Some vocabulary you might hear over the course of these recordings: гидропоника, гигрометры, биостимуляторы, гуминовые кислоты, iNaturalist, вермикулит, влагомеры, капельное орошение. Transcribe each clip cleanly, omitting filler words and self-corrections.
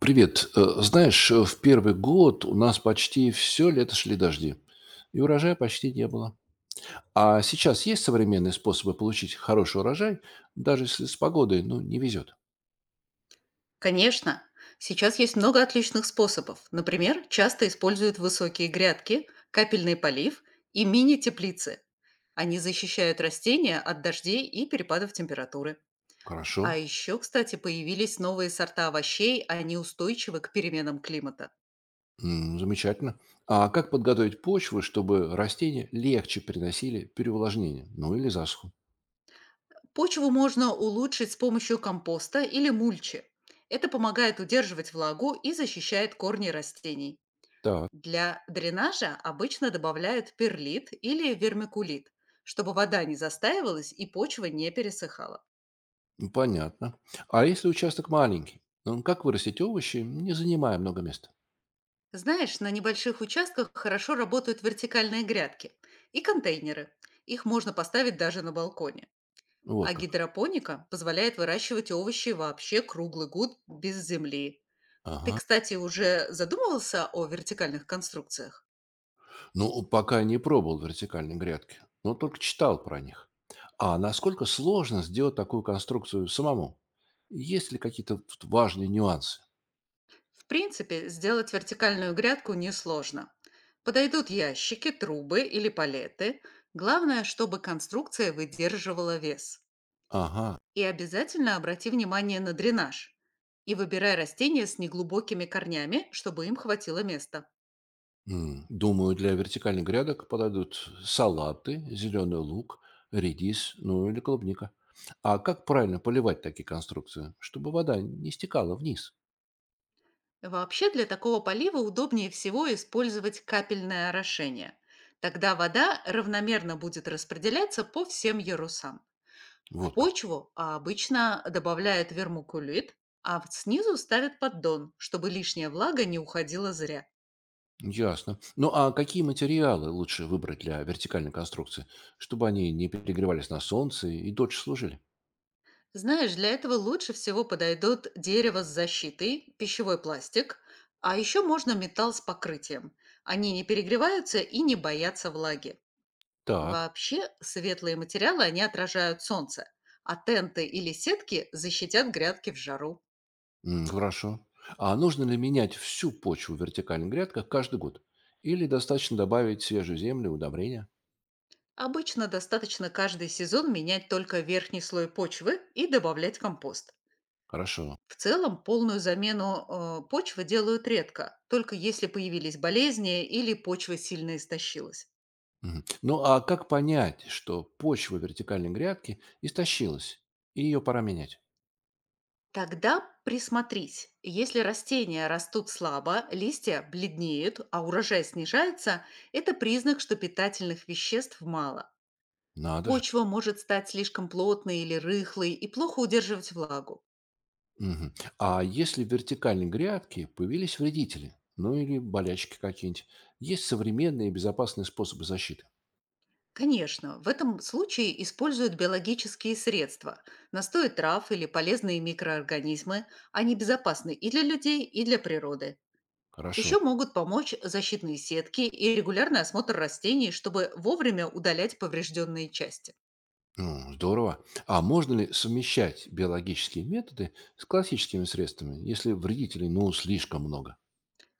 Привет. Знаешь, в первый год у нас почти все лето шли дожди, и урожая почти не было. А сейчас есть современные способы получить хороший урожай, даже если с погодой, ну, не везет? Конечно, сейчас есть много отличных способов. Например, часто используют высокие грядки, капельный полив и мини-теплицы. Они защищают растения от дождей и перепадов температуры. Хорошо. А еще, кстати, появились новые сорта овощей, они устойчивы к переменам климата. Замечательно. А как подготовить почву, чтобы растения легче переносили переувлажнение, ну или засуху? Почву можно улучшить с помощью компоста или мульчи. Это помогает удерживать влагу и защищает корни растений. Так, Для дренажа обычно добавляют перлит или вермикулит, чтобы вода не застаивалась и почва не пересыхала. Понятно. А если участок маленький, ну, как вырастить овощи, не занимая много места? Знаешь, на небольших участках хорошо работают вертикальные грядки и контейнеры. Их можно поставить даже на балконе. Вот А как. гидропоника позволяет выращивать овощи вообще круглый год без земли. Ты, Ага. кстати, уже задумывался о вертикальных конструкциях? Ну, пока не пробовал вертикальной грядки, но только читал про них. А насколько сложно сделать такую конструкцию самому? Есть ли какие-то тут важные нюансы? В принципе, сделать вертикальную грядку несложно. Подойдут ящики, трубы или палеты. Главное, чтобы конструкция выдерживала вес. Ага. И обязательно обрати внимание на дренаж. И выбирай растения с неглубокими корнями, чтобы им хватило места. Думаю, для вертикальных грядок подойдут салаты, зеленый лук, редис, ну или клубника. А как правильно поливать такие конструкции, чтобы вода не стекала вниз? Вообще для такого полива удобнее всего использовать капельное орошение. Тогда вода равномерно будет распределяться по всем ярусам. В Вот как. почву обычно добавляют вермукулит, а снизу ставят поддон, чтобы лишняя влага не уходила зря. Ясно. Ну а какие материалы лучше выбрать для вертикальной конструкции, чтобы они не перегревались на солнце и дольше служили? Знаешь, для этого лучше всего подойдут дерево с защитой, пищевой пластик, а еще можно металл с покрытием. Они не перегреваются и не боятся влаги. Так, Вообще, светлые материалы, они отражают солнце, а тенты или сетки защитят грядки в жару. Хорошо. А нужно ли менять всю почву в вертикальных грядках каждый год? Или достаточно добавить свежую землю, удобрения? Обычно достаточно каждый сезон менять только верхний слой почвы и добавлять компост. Хорошо. В целом полную замену, почвы делают редко, только если появились болезни или почва сильно истощилась. Мгм. Ну а как понять, что почва вертикальной грядки истощилась и ее пора менять? Тогда присмотрись. Если растения растут слабо, листья бледнеют, а урожай снижается, это признак, что питательных веществ мало. Надо же. Почва может стать слишком плотной или рыхлой и плохо удерживать влагу. Мгм. А если в вертикальной грядке появились вредители, ну или болячки какие-нибудь, есть современные и безопасные способы защиты? Конечно, в этом случае используют биологические средства, настои трав или полезные микроорганизмы. Они безопасны и для людей, и для природы. Хорошо. Еще могут помочь защитные сетки и регулярный осмотр растений, чтобы вовремя удалять поврежденные части. Ну, здорово. А можно ли совмещать биологические методы с классическими средствами, если вредителей, ну, слишком много?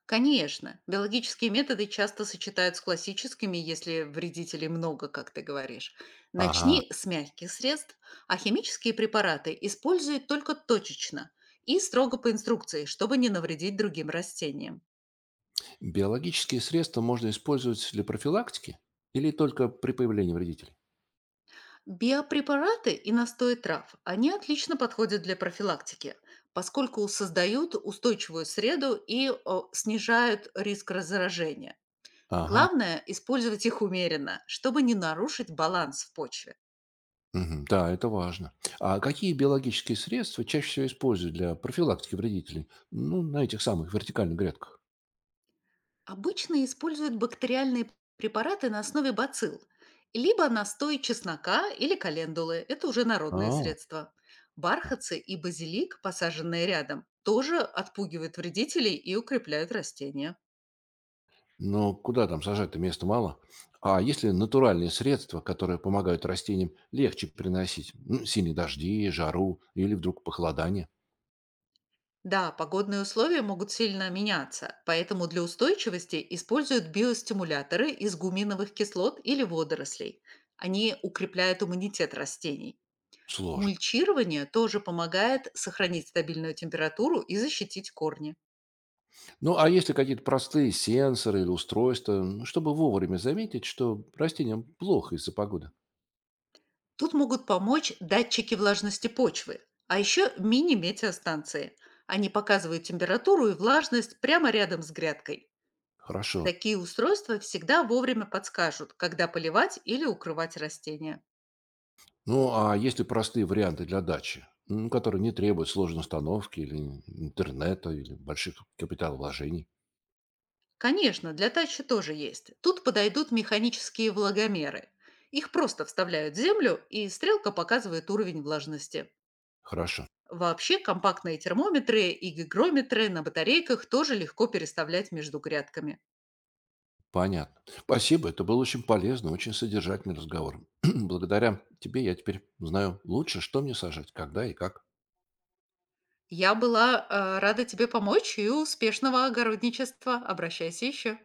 Конечно, биологические методы часто сочетают с классическими, если вредителей много, как ты говоришь. Ага. Начни с мягких средств, а химические препараты используй только точечно и строго по инструкции, чтобы не навредить другим растениям. Биологические средства можно использовать для профилактики или только при появлении вредителей? Биопрепараты и настои трав, они отлично подходят для профилактики, поскольку создают устойчивую среду и снижают риск разоражения. Ага. Главное– использовать их умеренно, чтобы не нарушить баланс в почве. Мгм. Да, это важно. А какие биологические средства чаще всего используют для профилактики вредителей? Ну, на этих самых вертикальных грядках. Обычно используют бактериальные препараты на основе бацилл, либо настой чеснока или календулы– это уже народные А, средства. Бархатцы и базилик, посаженные рядом, тоже отпугивают вредителей и укрепляют растения. но куда там сажать-то, места мало. А если натуральные средства, которые помогают растениям легче приносить? Ну, сильные дожди, жару или вдруг похолодание? Да, погодные условия могут сильно меняться, поэтому для устойчивости используют биостимуляторы из гуминовых кислот или водорослей. Они укрепляют иммунитет растений. Сложно. Мульчирование тоже помогает сохранить стабильную температуру и защитить корни. Ну, а если какие-то простые сенсоры или устройства, ну, чтобы вовремя заметить, что растениям плохо из-за погоды? Тут могут помочь датчики влажности почвы, а еще мини-метеостанции. Они показывают температуру и влажность прямо рядом с грядкой. Хорошо. Такие устройства всегда вовремя подскажут, когда поливать или укрывать растения. Ну, а если простые варианты для дачи, ну, которые не требуют сложной установки или интернета, или больших капиталовложений? Конечно, для тачи тоже есть. Тут подойдут механические влагомеры. Их просто вставляют в землю, и стрелка показывает уровень влажности. Хорошо. Вообще компактные термометры и гигрометры на батарейках тоже легко переставлять между грядками. Понятно. Спасибо, это был очень полезный, очень содержательный разговор. Благодаря тебе я теперь знаю лучше, что мне сажать, когда и как. Я была рада тебе помочь и успешного огородничества. Обращайся еще.